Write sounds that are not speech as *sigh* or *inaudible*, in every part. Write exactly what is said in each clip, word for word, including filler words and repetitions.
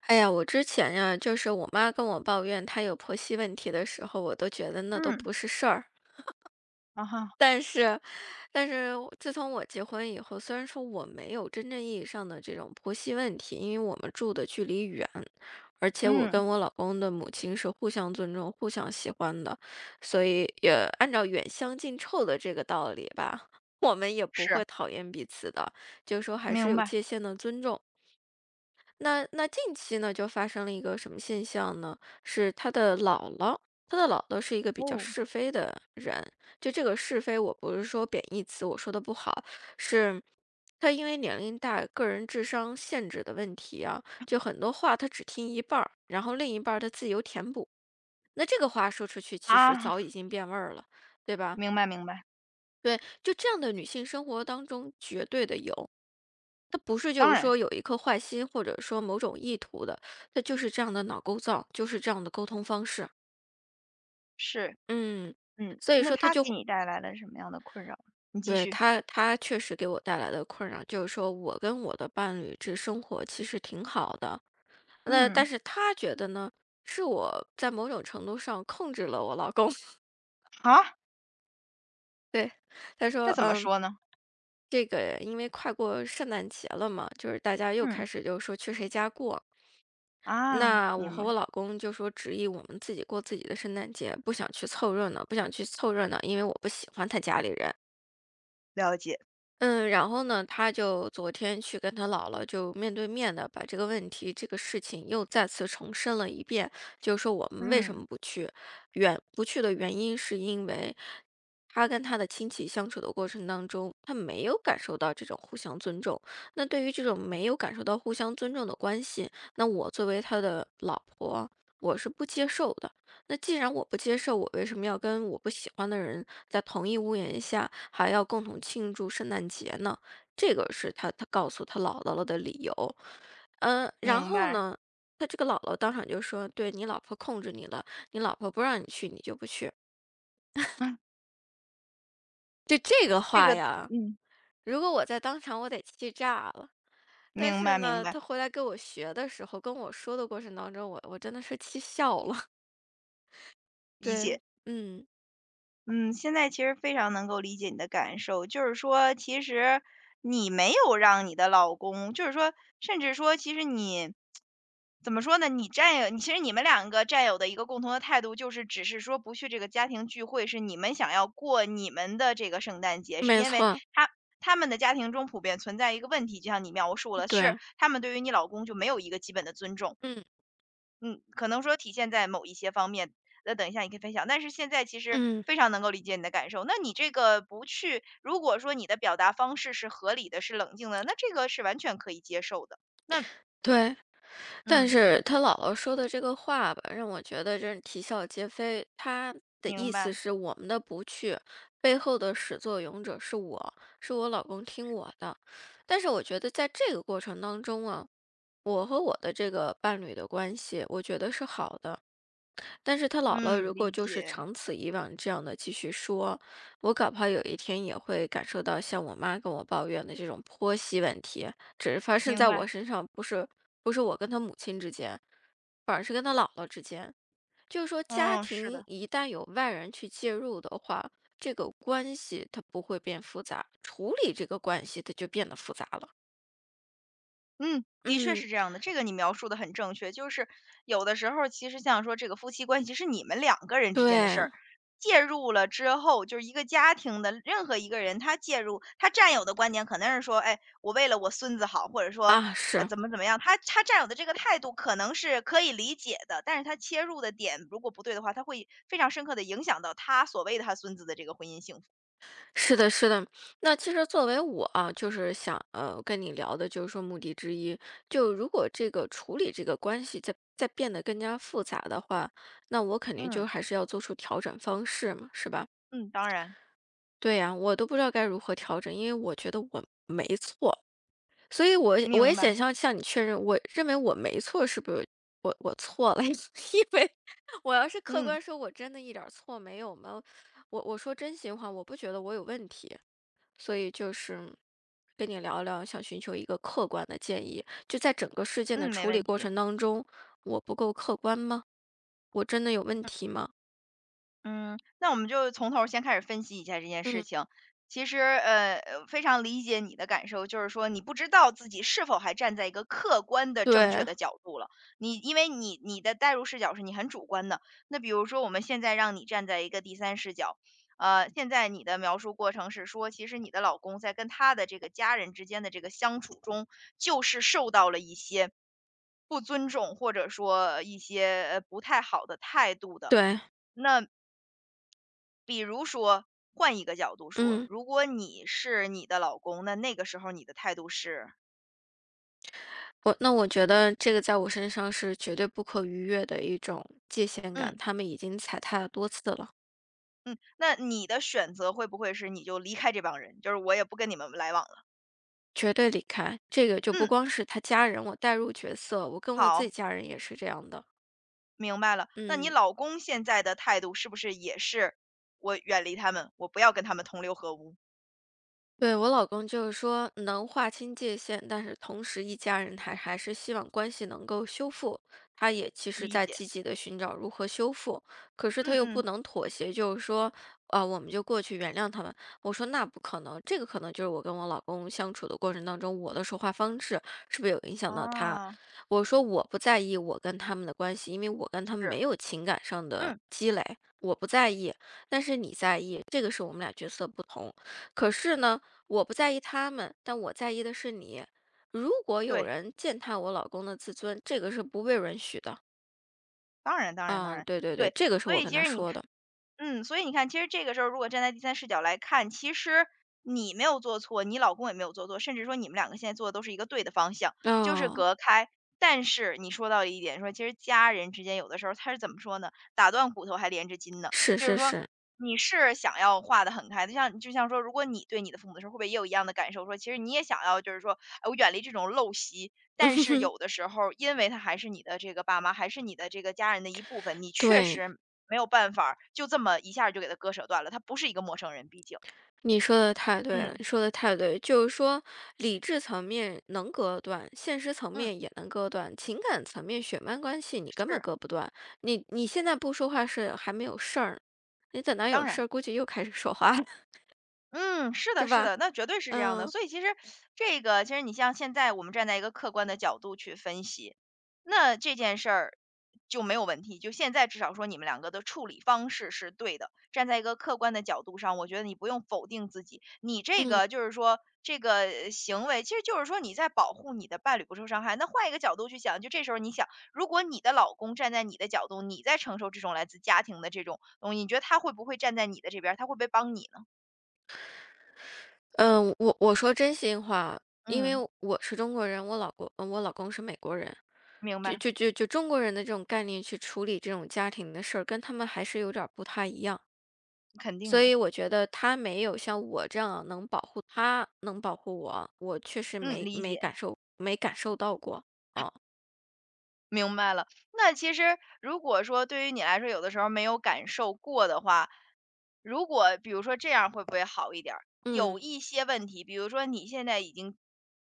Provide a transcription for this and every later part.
哎呀，我之前呀，就是我妈跟我抱怨她有婆媳问题的时候，我都觉得那都嗯，不是事儿。啊哈，但是，但是我自从我结婚以后，虽然说我没有真正意义上的这种婆媳问题，因为我们住的距离远，而且我嗯，跟我老公的母亲是互相尊重、互相喜欢的，所以也按照远香近臭的这个道理吧，*laughs* 我们也不是，会讨厌彼此的，就是说还是明有白，界限的尊重。那那近期呢，就发生了一个什么现象呢？是他的姥姥，他的姥姥是一个比较哦，是非的人。就这个是非，我不是说贬义词，我说的不好，是他因为年龄大、个人智商限制的问题啊，就很多话他只听一半儿，然后另一半儿他自由填补。那这个话说出去，其实啊，早已经变味儿了，对吧？明白明白，对，就这样的女性生活当中绝对的有。他不是就当是然说有一颗坏心，或者说某种意图的，他就是这样的脑构造，就是这样的沟通方式。是，嗯，嗯，所以那说他他给就你带来了什么样的困扰？你继对，续，他，他确实给我带来的困扰，就是说我跟我的伴侣这生活其实挺好的，那但嗯，是他觉得呢，是我在某种程度上控制了我老公。啊，*laughs* 对，他说，这怎么嗯，说呢？这个因为快过圣诞节了嘛，就是大家又开嗯，始就是说去谁家过。啊，那我明白，和我老公就说执意我们自己过自己的圣诞节，不想去凑热闹，不想去凑热闹，因为我不喜欢他家里人。了解，嗯，然后呢，他就昨天去跟他姥姥就面对面的把这个问题、这个事情又再次重申了一遍，就是说我们为什嗯，么不去，原不去的原因是因为他跟他的亲戚相处的过程当中，他没有感受到这种互相尊重。那对于这种没有感受到互相尊重的关系，那我作为他的老婆，我是不接受的。那既然我不接受，我为什么要跟我不喜欢的人在同一屋檐下，还要共同庆祝圣诞节呢？这个是他他告诉他姥姥了的理由。嗯，然明后白，*laughs* 呢，他这个姥姥当场就说：“对你老婆控制你了，你老婆不让你去，你就不去。”嗯，就这个这话个，呀，嗯，如果我在当场，我得气炸了。但明是白明呢，白，他回来跟我学的时候，跟我说的过程当中，我我真的是气笑了。*laughs* 理对，解。嗯，嗯，现在其实非常能够理解你的感受，就是说，其实你没有让你的老公，就是说，甚至说，其实你怎么说呢？你占有，其实你们两个占有的一个共同的态度，就是只是说不去这个家庭聚会，是你们想要过你们的这个圣诞节，是没因为错，他他们的家庭中普遍存在一个问题，就像你描述了，是对，他们对于你老公就没有一个基本的尊重。嗯嗯，可能说体现在某一些方面，那等一下你可以分享。但是现在其实嗯。非常能够理解你的感受，那你这个不去如果说你的表达方式是合理的，是冷静的，那这个是完全可以接受的。那对，但嗯，是他姥姥说的这个话吧，让我觉得真是啼笑皆非。他的明意思白，是我们的不去，背后的始作俑者是我，是我老公听我的。但是我觉得在这个过程当中啊，我和我的这个伴侣的关系，我觉得是好的。但是他姥姥嗯，如果理就是解，长此以往这样的继续说，我搞不好有一天也会感受到像我妈跟我抱怨的这种婆媳问题，只是发生明在我白，身上，不是不是我跟他母亲之间，反而是跟他姥姥之间。就是说，家嗯，是庭的。一旦有外人去介入的话，这个关系它不会变复杂，处理这个关系它就变得复杂了。嗯，的确嗯，是这样的，这个你描述的很正确。就是有的时候其实像说这个夫妻关系是你们两个人之间的事儿，对介入了之后，就是一个家庭的任何一个人，他介入，他占有的观点可能是说：“哎，我为了我孙子好。”或者说，啊，呃，是。怎么怎么样，他他占有的这个态度可能是可以理解的，但是他切入的点如果不对的话，他会非常深刻的影响到他所谓的他孙子的这个婚姻幸福。是的，是的。那其实作为我啊，就是想呃跟你聊的，就是说目的之一，就如果这个处理这个关系在在变得更加复杂的话，那我肯定嗯，就还是要做出调整方式嘛，是吧？嗯，当然，对呀，我都不知道该如何调整，因为我觉得我没错，所以我我也明想白，向向你确认，我认为我没错，是不是？我我错了，*laughs* 因为我要是客嗯，观说，我真的一点儿错没有吗？我我说真心话，我不觉得我有问题。所以就是跟你聊聊，想寻求一个客观的建议。就在整个事件的嗯，没处理问过题，嗯。程当中，我不够客观吗？我真的有问题吗？嗯，那我们就从头儿先开始分析一下这件事嗯，情。其实，呃，呃非常理解你的感受，就是说你不知道自己是否还站在一个客观的、正确对，的角度了。你因为你你的代入视角是你很主观的。那比如说，我们现在让你站在一个第三视角，呃，现在你的描述过程是说，其实你的老公在跟他的这个家人之间的这个相处中，就是受到了一些不尊重，或者说一些呃不太好的态度的。对，那比如说，换一个角度说，嗯，如果你是你的老公，那那个时候你的态度是，我那我觉得这个在我身上是绝对不可逾越的一种界限感，嗯他们已经踩踏了多次了，嗯，那你的选择会不会是你就离开这帮人，就是我也不跟你们来往了？绝对离开。这个就不嗯，光是他家人，我带入角色，我跟我自己好，家人也是这样的。明白了。那你嗯。老公现在的态度是不是也是我远离他们，我不要跟他们同流合污？对，我老公就是说能划清界限，但是同时一家人他还是希望关系能够修复，他也其实理在解，积极的寻找如何修复，可是嗯他又不嗯，能妥协，就是说，啊、我们就过去原谅他们。我说那不可能，这个可能就是我跟我老公相处的过程当中，我的说话方式是不是有影响到他？啊，我说我不在意我跟他们的关系，因为我跟他们是，没有情感上的嗯，积累，我不在意，但是你在意，这个是我们俩角色不同。可是呢。我不在意他们，但我在意的是你。如果有对，人践踏我老公的自尊，这个是不被允许的。当然当然当嗯，然，对对对，对，这个是所我以跟其他实你说看。的。嗯，所以你看，其实这个时候如果站在第三视角来看，其实你没有做错，你老公也没有做错，甚至说你们两个现在做的都是一个对的方向，就是哦，隔开。但是你说到了一点，说其实家人之间有的时候他是怎么说呢？打断骨头还连着筋呢，是就是是说是，你是想要化得很开的就像就像说，如果你对你的父母的时候，会不会也有一样的感受？说其实你也想要，就是说，哎，我远离这种陋习，但是有的 *laughs* 时候，因为他还是你的这个爸妈，还是你的这个家人的一部分，你确对，实没有办法儿，就这么一下儿就给他割舍断了，他不是一个陌生人，毕竟。你说的太对了，嗯，你说的太对，就是说理智层面能割断，现实层嗯，面也能割断，情感层面血脉关系你根本是，割不断。你你现在不说话是还没有事儿，你等到当有事然。儿，估计又开始说话了，嗯，是是的，是吧？的，那绝对是这样的。嗯所以其实这个，其实你像现在我们站在一个客观的角度去分析，那这件事儿就没有问题，就现在至少说你们两个的处理方式是对的。站在一个客观的角度上，我觉得你不用否定自己，你这嗯。个就是说这个呃行为，其实就是说你在保护你的伴侣不受伤害。那换一个角度去想，就这时候你想，如果你的老公站在你的角度，你在承受这种来自家庭的这种东西，你觉得他会不会站在你的这边儿？他会不会帮你呢？嗯，我我说真心话，因为嗯，我是中国人，我老公呃我老公是美国人，明就白，就就就中国人的这种概念去处理这种家庭的事儿，跟他们还是有点儿不太一样。肯定所的。以我觉得他没有像我这样能保护他，能保护我，我确实嗯，没理没解。感受没感受到过啊。明白了，那其实如果说对于你来说，有的时候没有感受过的话，如果比如说这样会不会好一点儿？有嗯一些问题，比如说你现在已经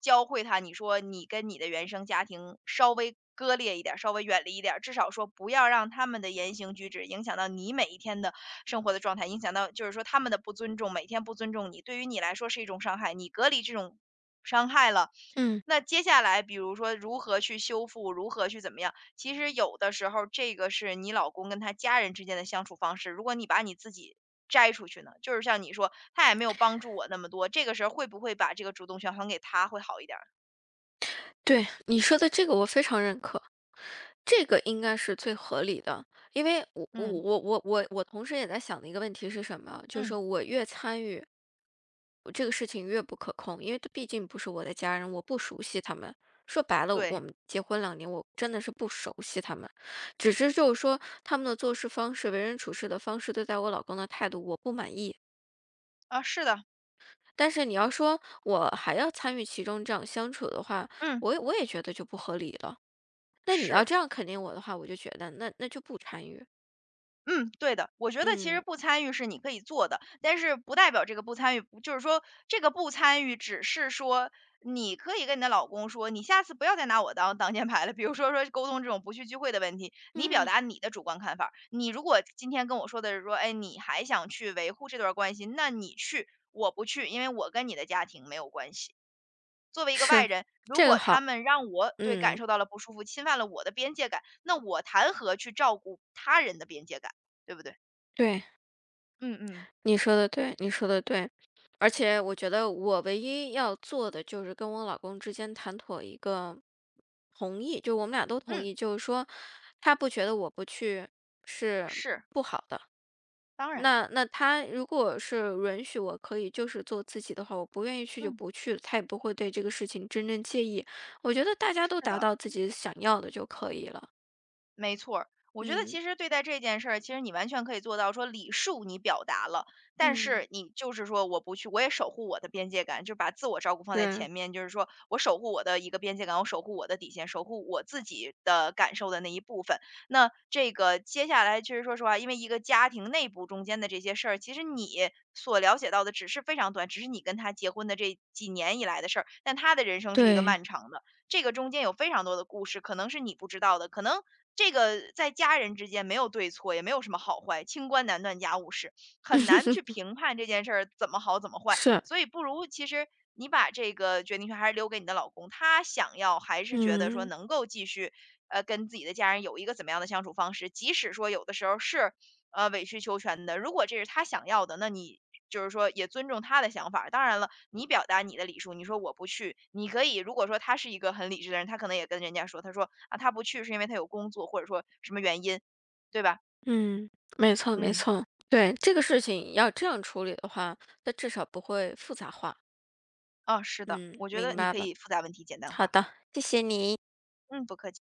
教会他，你说你跟你的原生家庭稍微割裂一点儿，稍微远离一点儿，至少说不要让他们的言行举止影响到你每一天的生活的状态，影响到就是说他们的不尊重，每天不尊重你，对于你来说是一种伤害，你隔离这种伤害了。嗯，那接下来比如说如何去修复，如何去怎么样，其实有的时候这个是你老公跟他家人之间的相处方式，如果你把你自己摘出去呢，就是像你说，他也没有帮助我那么多，这个时候会不会把这个主动权还给他会好一点儿？对你说的这个我非常认可。这个应该是最合理的，因为我我嗯我我我我同时也在想的一个问题是什么，就是嗯，说我越参与，我这个事情越不可控，因为这毕竟不是我的家人，我不熟悉他们。说白了，我对，们结婚两年，我真的是不熟悉他们，只是就是说他们的做事方式、为人处事的方式、对待我老公的态度，我不满意。啊，是的，但是你要说我还要参与其中这样相处的话，嗯，我也我也觉得就不合理了。那你要是。这样肯定我的话，我就觉得那那就不参与。嗯，对的，我觉得其实嗯不参与是你可以做的，但是不代表这个不参与，不就是说这个不参与只是说你可以跟你的老公说，你下次不要再拿我当挡箭牌了。比如说说沟通这种不去聚会的问题，你表嗯，达你的主观看法儿你如果今天跟我说的是说，哎，你还想去维护这段儿关系，那你去，我不去，因为我跟你的家庭没有关系。作为一个外是人，如这个果他好。们让我对感嗯，受到了不舒服，侵犯了我的边界感，那我谈何去照顾他人的边界感，对不对？对，嗯嗯，你说的对，你说的对。而且我觉得我唯一要做的就是跟我老公之间谈妥一个同意，就我们俩都同嗯，意，就是说他不觉得我不去是是，不好的。当然，那那他如果是允许我可以就是做自己的话，我不愿意去就嗯，不去，他也不会对这个事情真正介意。我觉得大家是都达的。到自己想要的就可以了。没错儿，我觉得嗯其实对待这件事儿，其实你完全可以做到说礼数你表达了，但嗯，是你就是说我不去，我也守护我的边界感，就把自我照顾放在对前面，就是说我守护我的一个边界感，我守护我的底线，守护我自己的感受的那一部分。那这个接下来其实说实话，因为一个家庭内部中间的这些事儿，其实你所了解到的只是非常短，只是你跟他结婚的这几年以来的事儿，但他的人生是一个对，漫长的。这个中间有非常多的故事，可能是你不知道的，可能这个在家人之间没有对错，也没有什么好坏，清官难断家务事，很难去 *laughs* 评判这件事儿怎么好怎么坏。是，所以不如其实你把这个决定权还是留给你的老公，他想要还是觉得说嗯能够继续呃跟自己的家人有一个怎么样的相处方式，即使说有的时候是呃，委曲求全的。如果这是他想要的，那你就是说也尊重他的想法儿当然了，你表达你的礼数，你说我不去，你可以如果说他是一个很理智的人，他可能也跟人家说，他说啊，他不去是因为他有工作或者说什么原因，对吧？嗯，没错没嗯，错，对这个事情要这样处理的话，那至少不会复杂化。啊，是的，嗯，我觉得明你白可了。以复杂问题简单好化。的，谢谢你。嗯，不客气。